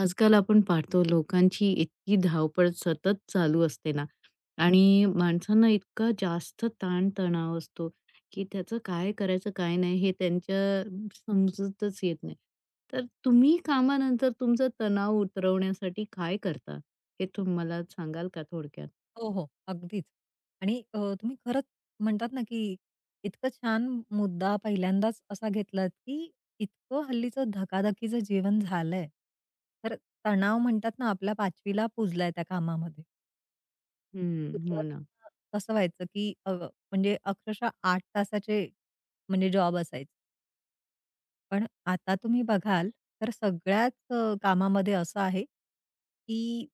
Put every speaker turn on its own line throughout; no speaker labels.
आजकाल आपण पाहतो लोकांची इतकी धावपळ सतत चालू असते ना. आणि माणसांना इतका जास्त ताणतणाव असतो की त्याचं काय करायचं काय नाही हे त्यांच्या समजतच येत नाही. तर तुम्ही कामानंतर तुमचा तणाव उतरवण्यासाठी काय करता? हे तुम्हाला सांगाल का थोडक्यात?
हो, हो. अगदीच. आणि तुम्ही खरंच म्हणतात ना, की इतकं छान मुद्दा पहिल्यांदाच असा घेतलात, की इतकं हल्लीचं धकाधकीचं जीवन झालंय. तर तणाव म्हणतात ना, आपल्या पाचवीला पुजलाय त्या कामामध्ये.
हं, हो ना.
सुरुवातीला कसं व्हायचं, की म्हणजे अक्षरशः 8 तासाचे म्हणजे जॉब असायचे. पण आता तुम्ही बघाल, तर सगळ्याच कामामध्ये असं आहे, की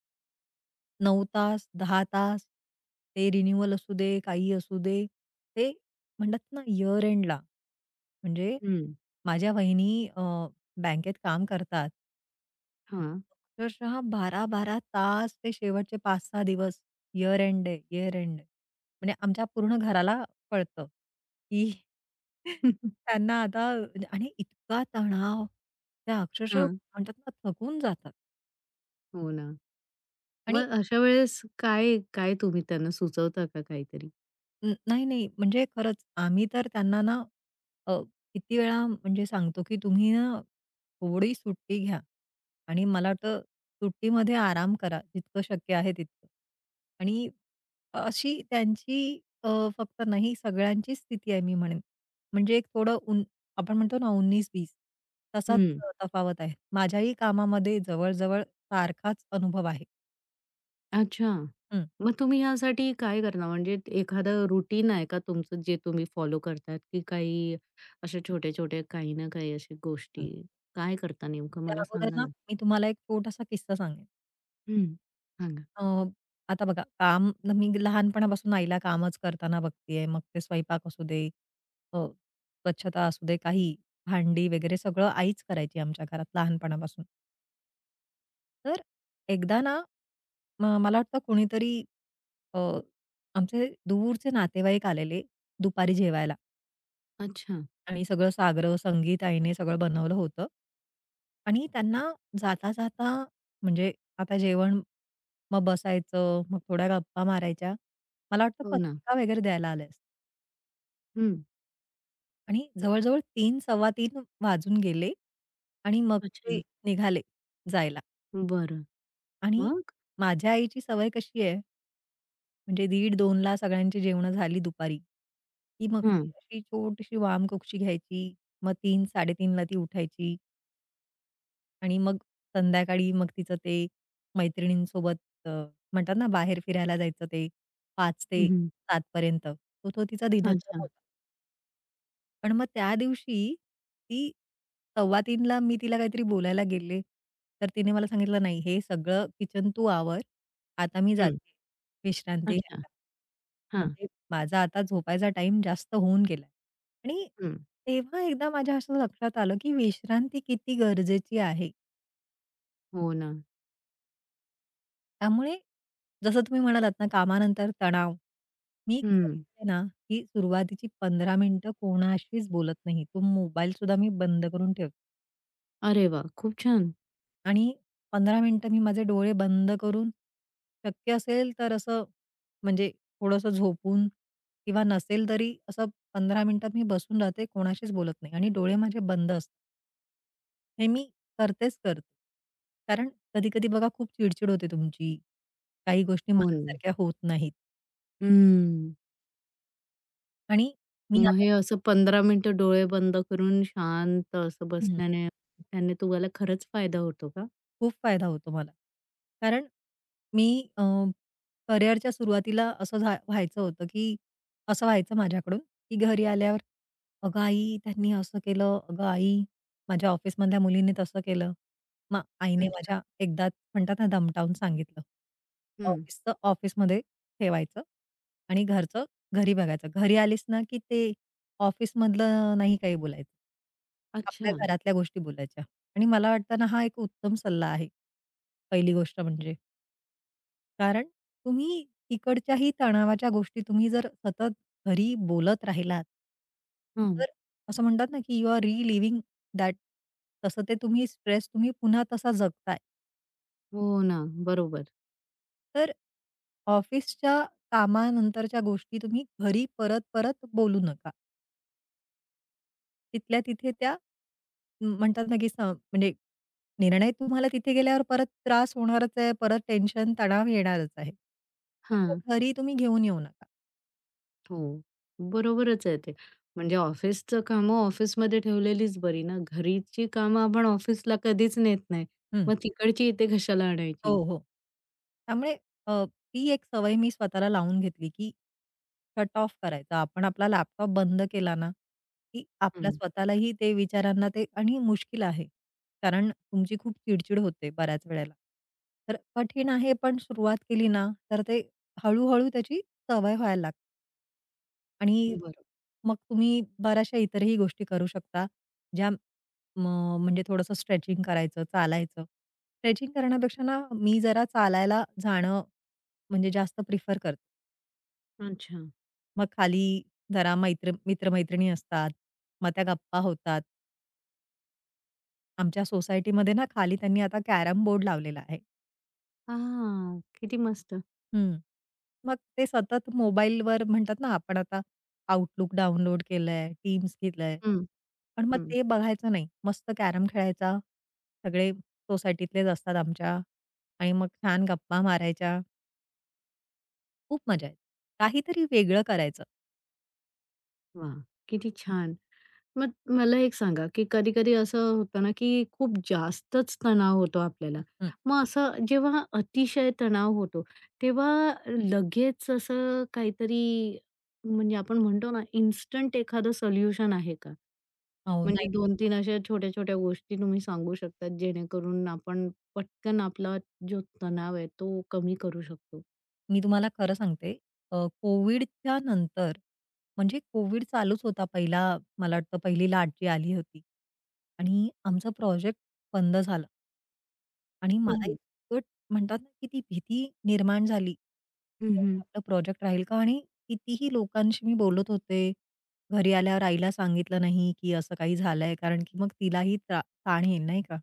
9 तास, 10 तास ते रिन्यूअल असू दे, काही असू दे. ते म्हणतात ना इयर एंडला म्हणजे
हं.
माझ्या वहिनी बँकेत काम करतात.
हां.
अक्षरशः बारा बारा तास ते शेवटचे 5-6 दिवस इयर एंड आहे, इयर एंड आहे. म्हणजे आमच्या पूर्ण घराला कळतं, की त्यांना आता आणि इतका तणाव, त्या अक्षरशः
हां.
म्हणतात ना थकून जातात.
हो ना.
आणि
मग अशा वेळेस काय काय तुम्ही त्यांना सुचवता का काहीतरी?
नाही, नाही. म्हणजे खरंच आम्ही तर त्यांना ना अ, किती वेळा म्हणजे सांगतो, की तुम्ही ना थोडी सुट्टी घ्या आणि मला वाटतं सुट्टीमध्ये आराम करा जितकं शक्य आहे तितकं. आणि अशी त्यांची फक्त नाही सगळ्यांचीच स्थिती आहे मी म्हणेन. म्हणजे एक थोडं उन आपण म्हणतो ना 19-20 तसाच
हं.
तफावत आहे. माझ्याही कामामध्ये जवळ सारखाच अनुभव आहे.
अच्छा. मग तुम्ही यासाठी काय करणार? म्हणजे एखादं रुटीन आहे का तुमचं जे तुम्ही फॉलो करतात, की काही अशा छोट्या-छोट्या काही ना काही अशा
हं.
गोष्टी? काय करता नेमकं
त्या
मला
अगोदर
सांगा
ना
ना?
मी तुम्हाला एक छोटासा किस्सा सांगेन.
हं. सांगा.
अ, आता बघा मी लहानपणापासून आईला कामच करताना बघतेय. मग ते स्वयंपाक असू दे, स्वच्छता असू दे, काही भांडी वगैरे सगळं आईच करायची आमच्या घरात लहानपणापासून. तर एकदा ना मला वाटतं कोणीतरी अ, आमचे दूरचे नातेवाईक आलेले दुपारी जेवायला.
अच्छा.
आणि सगळं साग्र संगीत आईने सगळं बनवलं होतं. आणि त्यांना जाता-जाता म्हणजे आता जेवण, मग बसायचं, मग थोड्या गप्पा मारायच्या. मला वाटतं
हो ना.
पत्रिका वगैरे द्यायला आल्या असतील.
हं.
आणि जवळ-जवळ 3 सव्वा तीन वाजून गेले आणि मग ते
अच्छा.
निघाले जायला.
बरं.
आणि
मग?
माझ्या आईची सवय कशी आहे, म्हणजे 1:30-2ला सगळ्यांची जेवणं झाली दुपारी, की मग ती
हां.
अशी छोटीशी वामकुक्षी घ्यायची. मग 3, 3:30ला ती उठायची. आणि मग संध्याकाळी मग तिचं ते मैत्रिणींसोबत अ, म्हणतात ना बाहेर फिरायला जायचं ते 5 ते
हं, हं.
7 पर्यंत तो तो तिचा दिनक्रम
अच्छा.
होता. पण मग त्या दिवशी ती 2:15ला मी तिला काहीतरी बोलायला गेले, तर तिने मला सांगितलं, "नाही, हे सगळं किचन तू आवर. आता मी
हं.
जाते विश्रांती
अच्छा.
घ्यायला."
हां.
म्हणजे माझा आता झोपायचा टाईम जास्त होऊन गेलाय. आणि
हं.
तेव्हा एकदा माझ्या असं लक्षात आलं, की विश्रांती किती गरजेची आहे.
हो ना.
त्यामुळे जसं तुम्ही म्हणालात ना, कामानंतर तणाव. मी घरी
हं.
आहे ना, की सुरुवातीची 15 मिनिटं कोणाशीच बोलत नाही. तो मोबाईलसुद्धा मी बंद करून ठेवते
अरे वाह! खूप छान.
आणि 15 मिनिटं मी माझे डोळे बंद करून, शक्य असेल तर असं म्हणजे थोडंसं झोपून किंवा नसेल तरी असं 15 मिनिटात मी बसून राहते, कोणाशीच बोलत नाही आणि डोळे माझे बंद असतात. हे मी करतेच करते. कारण कधी-कधी बघा खूप चिडचिड होते तुमची. काही गोष्टी
हो ना.
मनासारख्या होत नाहीत.
हं.
आणि मी
मग
आता
हे असं 15 मिनिटं डोळे बंद करून शांत असं बसल्याने त्याने तुम्हाला खरंच फायदा होतो का?
खूप फायदा होतो मला. कारण मी अ, करिअरच्या सुरुवातीला असं व्हायचं होतं, की असं व्हायचं माझ्याकडून, की घरी आल्यावर, "अगं आई, त्यांनी असं केलं. अगं आई, माझ्या ऑफिसमधल्या मुलीने तसं केलं." मग आईने
अच्छा.
माझ्या एकदा म्हणतात ना, दमटावून सांगितलं.
हं.
ऑफिसचं ऑफिसमध्ये ठेवायचं आणि घरचं घरी बघायचं. घरी आलीस ना, की ते ऑफिसमधलं नाही काही बोलायचं. आपल्या
अच्छा.
घरातल्या गोष्टी बोलायच्या. आणि मला वाटतं ना, हा एक उत्तम सल्ला आहे. पहिली गोष्ट म्हणजे. कारण तुम्ही तिकडच्याही तणावाच्या गोष्टी तुम्ही जर सतत घरी बोलत राहिलात
हं.
तर असं म्हणतात ना, की यू आर रिलिव्हिंग दॅट, तसं ते तुम्ही स्ट्रेस तुम्ही पुन्हा तसा जगताय.
हो ना. बरोबर.
तर ऑफिसच्या कामानंतरच्या गोष्टी तुम्ही घरी परत-परत बोलू नका. तिथल्या तिथे त्या म्हणतात ना, की म्हणजे निर्णय तुम्हाला तिथे गेल्यावर परत त्रास होणारच आहे, परत टेन्शन, तणाव येणारच आहे. पण तो
हां.
घरी तुम्ही घेऊन येऊ नका.
हो. बरोबरच आहे ते. म्हणजे ऑफिसचं कामं ऑफिसमध्ये ठेवलेलीच बरी ना. घरीची कामं आपण ऑफिसला कधीच नेत नाही.
हं.
मग तिकडची इथे कशाला आणायची?
हो, हो. त्यामुळे अ, ती एक सवय मी स्वतःला लावून घेतली, की कट ऑफ करायचा. आपण आपला लॅपटॉप बंद केला ना, की आपल्या हं.
हं.
स्वतःलाही ते विचारांना ते आणि मुश्किल आहे. कारण तुमची खूप चिडचिड होते बऱ्याच वेळेला. तर कठीण आहे, पण सुरुवात केली ना, तर ते हळू त्याची सवय व्हायला लागते. आणि
बरं.
मग तुम्ही बऱ्याचशा इतरही गोष्टी करू शकता, ज्या म म्हणजे थोडंसं स्ट्रेचिंग करायचं, चालायचं. स्ट्रेचिंग करण्यापेक्षा ना, मी जरा चालायला जाणं म्हणजे जास्त प्रिफर करते.
अच्छा.
मग खाली जरा मित्र असतात, मग त्या गप्पा होतात. आमच्या सोसायटीमध्ये ना, खाली त्यांनी आता कॅरम बोर्ड लावलेला आहे.
हां. किती मस्त.
हं. मग ते सतत मोबाईलवर म्हणतात ना, आपण आता Outlook डाउनलोड केलंय, Teams घेतलंय.
हं,
पण मग
हं.
ते बघायचं नाही. मस्त कॅरम खेळायचा. सगळे सोसायटीतलेच असतात आमच्या आणि मग छान गप्पा मारायच्या. खूप मजा येते. काहीतरी वेगळं करायचं.
वाह! किती छान. मग मला एक सांगा, की कधी-कधी असं होतं ना, की खूप जास्तच तणाव होतो
हं,
आपल्याला.
हं.
मग असं जेव्हा अतिशय तणाव होतो, तेव्हा लगेच असं काहीतरी म्हणजे आपण म्हणतो ना, इन्स्टंट एखादं सोल्युशन आहे का?
नाही,
म्हणजे
नाही.
2-3 अशा छोट्या-छोट्या गोष्टी तुम्ही सांगू शकता, जेणेकरून आपण पटकन आपला जो तणाव आहे, तो कमी करू शकतो?
मी तुम्हाला खरं सांगते. कोविडच्या नंतर म्हणजे कोविड चालूच होता पहिला मला वाटतं पहिली लाट जी आली होती आणि आमचा प्रोजेक्ट बंद झाला. आणि मला
हो.
इतकं म्हणतात ना, की ती भीती निर्माण झाली,
हं,
की अरे
हं.
आपलं प्रोजेक्ट राहील का? आणि कितीही लोकांशी मी बोलत होते. घरी आल्यावर आईला सांगितलं नाही, की असं काही झालंय, कारण की मग तिलाही ताण येईल नाही का?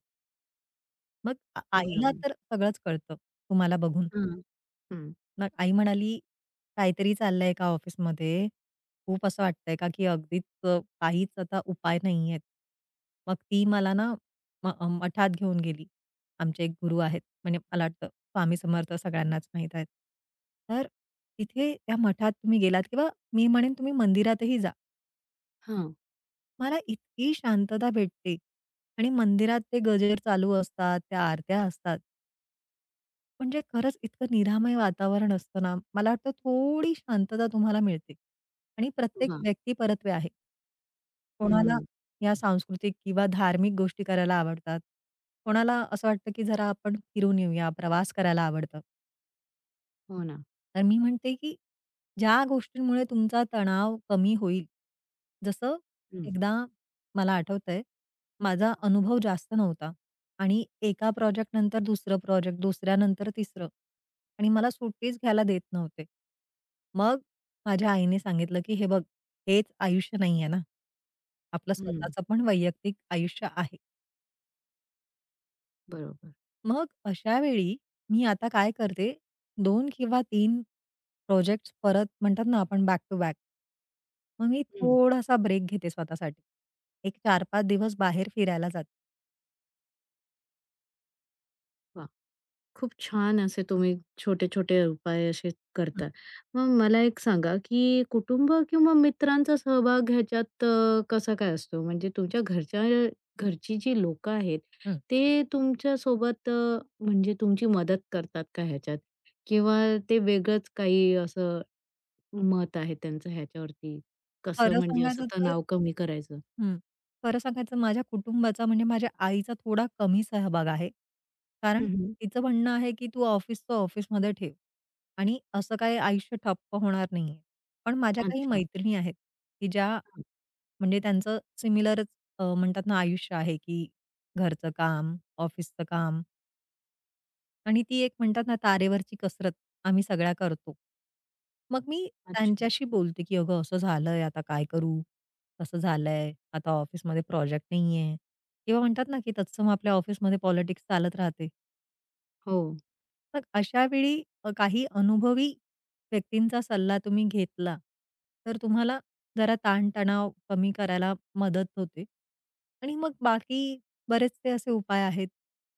मग आईला
बरोबर.
तर सगळंच कळतं तुम्हाला बघून.
हां. हं.
मग आई म्हणाली, "काहीतरी चाललंय का ऑफिसमध्ये? खूप असं वाटतंय का, की अगदीच काहीच आता उपाय नाहीयेत." मग ती मला ना मठात घेऊन गेली. आमचे एक गुरु आहेत, म्हणजे मला वाटतं स्वामी समर्थ सगळ्यांनाच माहीत आहेत. तर तिथे त्या मठात तुम्ही गेलात किंवा मी म्हणेन तुम्ही मंदिरातही जा.
हां.
मला इतकी शांतता भेटते आणि मंदिरात ते गजर चालू असतात, त्या आरत्या असतात. म्हणजे खरंच इतकं निरामय वातावरण असतं ना, मला वाटतं थोडी शांतता तुम्हाला मिळते आणि प्रत्येक
वाह!
व्यक्ती परत्वे आहे. कोणाला
हं.
या सांस्कृतिक किंवा धार्मिक गोष्टी करायला आवडतात. कोणाला असं वाटतं, की जरा आपण फिरून येऊया, प्रवास करायला आवडतं.
हो ना.
तर मी म्हणते, की ज्या गोष्टींमुळे तुमचा तणाव कमी होईल, जसं एकदा मला आठवतंय, माझा अनुभव जास्त नव्हता आणि एका प्रोजेक्टनंतर दुसरं प्रोजेक्ट, दुसऱ्यानंतर तिसरं आणि मला सुट्टीच घ्यायला देत नव्हते. मग माझ्या आईने सांगितलं, की "हे बघ, हेच आयुष्य नाहीये ना. आपलं
हं,
स्वतःचं पण वैयक्तिक आयुष्य आहे."
बरोबर.
मग अशा वेळी मी आता काय करते, दोन किंवा तीन प्रोजेक्ट्स परत म्हणतात ना आपण बॅक टू बॅक. मग मी
हं,
थोडासा ब्रेक घेते स्वतःसाठी. एक 4-5 दिवस बाहेर फिरायला जाते.
वाह! खूप छान असे तुम्ही छोटे-छोटे उपाय असे
हं,
करता. मग मला एक सांगा, की कुटुंब किंवा मित्रांचा सहभाग ह्याच्यात कसा काय असतो? म्हणजे तुमच्या घरच्या घरची जी लोकं आहेत,
हं.
ते तुमच्यासोबत म्हणजे तुमची मदत करतात का ह्याच्यात? किंवा ते वेगळंच काही असं मत आहे त्यांचं ह्याच्यावरती? कसं
खरं
म्हणजे असं
सांगायचं तर
तणाव कमी करायचं?
हं. खरं सांगायचं माझ्या कुटुंबाचा म्हणजे माझ्या आईचा थोडा कमी सहभाग आहे. कारण
हं,
तिचं म्हणणं आहे, की "तू ऑफिसचं ऑफिसमध्ये ठेव आणि असं काही आयुष्य ठप्प होणार नाहीये." पण माझ्या काही
अच्छा.
मैत्रिणी आहेत, की ज्या
हां,
म्हणजे त्यांचं सिमिलरच म्हणतात ना आयुष्य आहे, की घरचं काम, ऑफिसचं काम आणि ती एक म्हणतात ना तारेवरची कसरत आम्ही सगळ्या करतो. मग मी
अच्छा.
त्यांच्याशी बोलते, की "अगं असं झालंय, आता काय करू? असं झालंय, आता ऑफिसमध्ये प्रोजेक्ट नाहीये." किंवा म्हणतात ना, की तत्सम आपल्या ऑफिसमध्ये पॉलिटिक्स चालत राहते.
हो.
मग अशा वेळी काही अनुभवी व्यक्तींचा सल्ला तुम्ही घेतला, तर तुम्हाला जरा ताणतणाव कमी करायला मदत होते. आणि मग बाकी बरेचसे असे उपाय आहेत,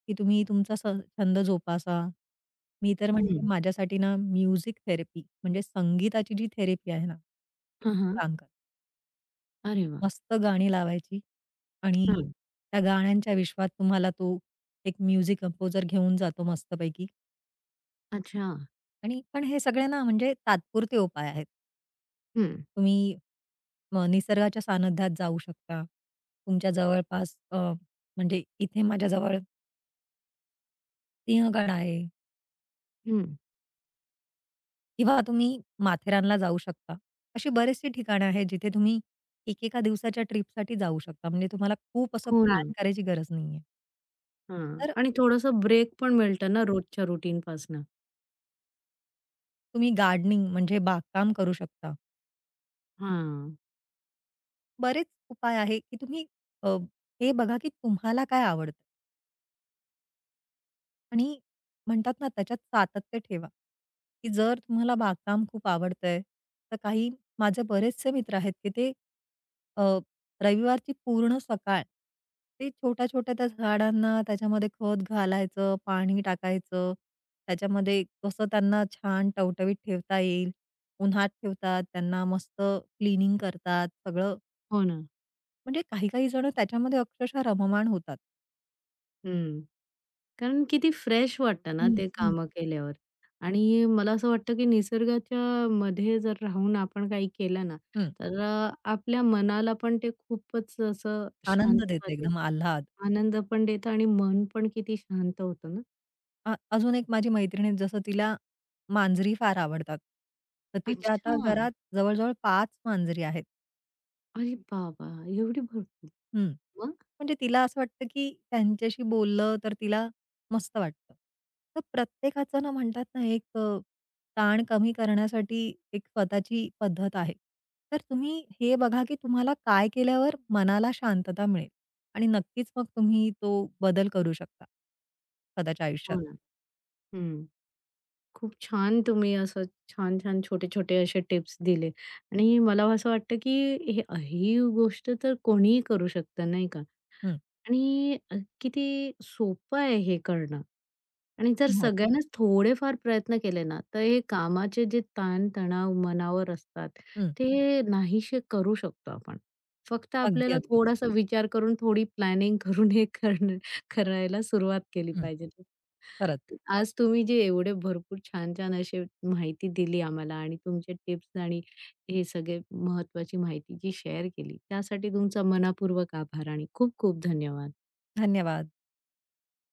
की तुम्ही तुमचा छंद जोपासा. मी तर म्हणते
हं.
माझ्यासाठी ना म्युझिक थेरपी म्हणजे संगीताची जी थेरपी आहे ना, ती
हां,
खूप
हां.
काम करते.
अरे वा,
मस्त गाणी लावायची आणि
हां.
त्या गाण्यांच्या विश्वात तुम्हाला तो एक म्युझिक कंपोजर घेऊन जातो मस्तपैकी.
अच्छा.
आणि पण हे सगळे ना म्हणजे तात्पुरते उपाय आहेत.
हं,
तुम्ही निसर्गाच्या सानिध्यात जाऊ शकता. तुमच्या जवळपास म्हणजे इथे माझ्या जवळ सिंहगड आहे
हं.
किंवा तुम्ही माथेरानला जाऊ शकता. अशी बरीचशी ठिकाणं आहेत जिथे तुम्ही एकेका दिवसाच्या ट्रिपसाठी जाऊ शकता. म्हणजे तुम्हाला खूप असं
हो ना.
प्लॅन करायची गरज नाहीये.
हां.
तर
आणि थोडंसं ब्रेक पण मिळतं ना रोजच्या रुटीनपासनं.
तुम्ही गार्डनिंग म्हणजे बागकाम करू शकता.
हां.
बरेच उपाय आहे, की तुम्ही अ, हे बघा की तुम्हाला काय आवडतं? आणि म्हणतात ना, त्याच्यात सातत्य ठेवा, की जर तुम्हाला बागकाम खूप आवडतंय, तर काही माझे बरेचसे मित्र आहेत, की ते अ, रविवारची पूर्ण सकाळ ते छोट्या-छोट्या त्या झाडांना त्याच्यामध्ये खत घालायचं, पाणी टाकायचं, त्याच्यामध्ये कसं त्यांना छान टवटवीत ठेवता येईल. उन्हात ठेवतात, त्यांना मस्त क्लीनिंग करतात, सगळं
हो ना.
म्हणजे काही-काही जण त्याच्यामध्ये अक्षरशः रममाण होतात.
हं. कारण किती फ्रेश वाटतं ना
हं,
ते
हं.
कामं केल्यावर. आणि मला असं वाटतं की निसर्गाच्या मध्ये जर राहून आपण काही केलं ना,
हं,
तर आपल्या मनाला पण ते खूपच असं
आनंद
शांतता
देतं एकदम
देतं.
आल्हाद.
आनंद पण देतं आणि मन पण किती शांत होतं ना.
अजून एक माझी मैत्रीण आहे, जसं तिला मांजरी फार आवडतात. तर तिच्या आता
अच्छा.
घरात जवळ-जवळ 5 मांजरी आहेत.
अरे बाबा! एवढी भरपूर.
हं.
मग?
म्हणजे तिला असं वाटतं, की त्यांच्याशी बोललं तर तिला मस्त वाटतं. तर प्रत्येकाचं ना म्हणतात ना, एक ताण कमी करण्यासाठी एक स्वतःची पद्धत आहे. तर तुम्ही हे बघा, की तुम्हाला काय केल्यावर मनाला शांतता मिळेल आणि नक्कीच मग तुम्ही तो बदल करू शकता. स्वतःच्या आयुष्यात.
हो ना. हं. खूप छान तुम्ही असं छान-छान, छोटे-छोटे असे टिप्स दिले आणि मला असं वाटतं, की हे ही गोष्ट तर कोणीही करू शकतं, नाही का?
हं.
आणि किती सोपं आहे हे करणं. आणि जर हं.
हो.
सगळ्यांनाच थोडेफार प्रयत्न केले ना, तर हे कामाचे जे ताण-तणाव मनावर असतात,
हं.
ते नाहीसे करू शकतो आपण. फक्त
अगदी,
आपल्याला
अगदी.
थोडासा विचार करून, थोडी प्लॅनिंग करून हे करणं करायला सुरुवात केली
हं.
पाहिजे.
खरंच.
तर आज तुम्ही जे एवढे भरपूर छान-छान अशी माहिती दिली आम्हाला आणि तुमचे टिप्स आणि हे सगळे महत्त्वाची माहिती जी शेअर केली, त्यासाठी तुमचा मनःपूर्वक आभार आणि खूप खूप धन्यवाद.
धन्यवाद.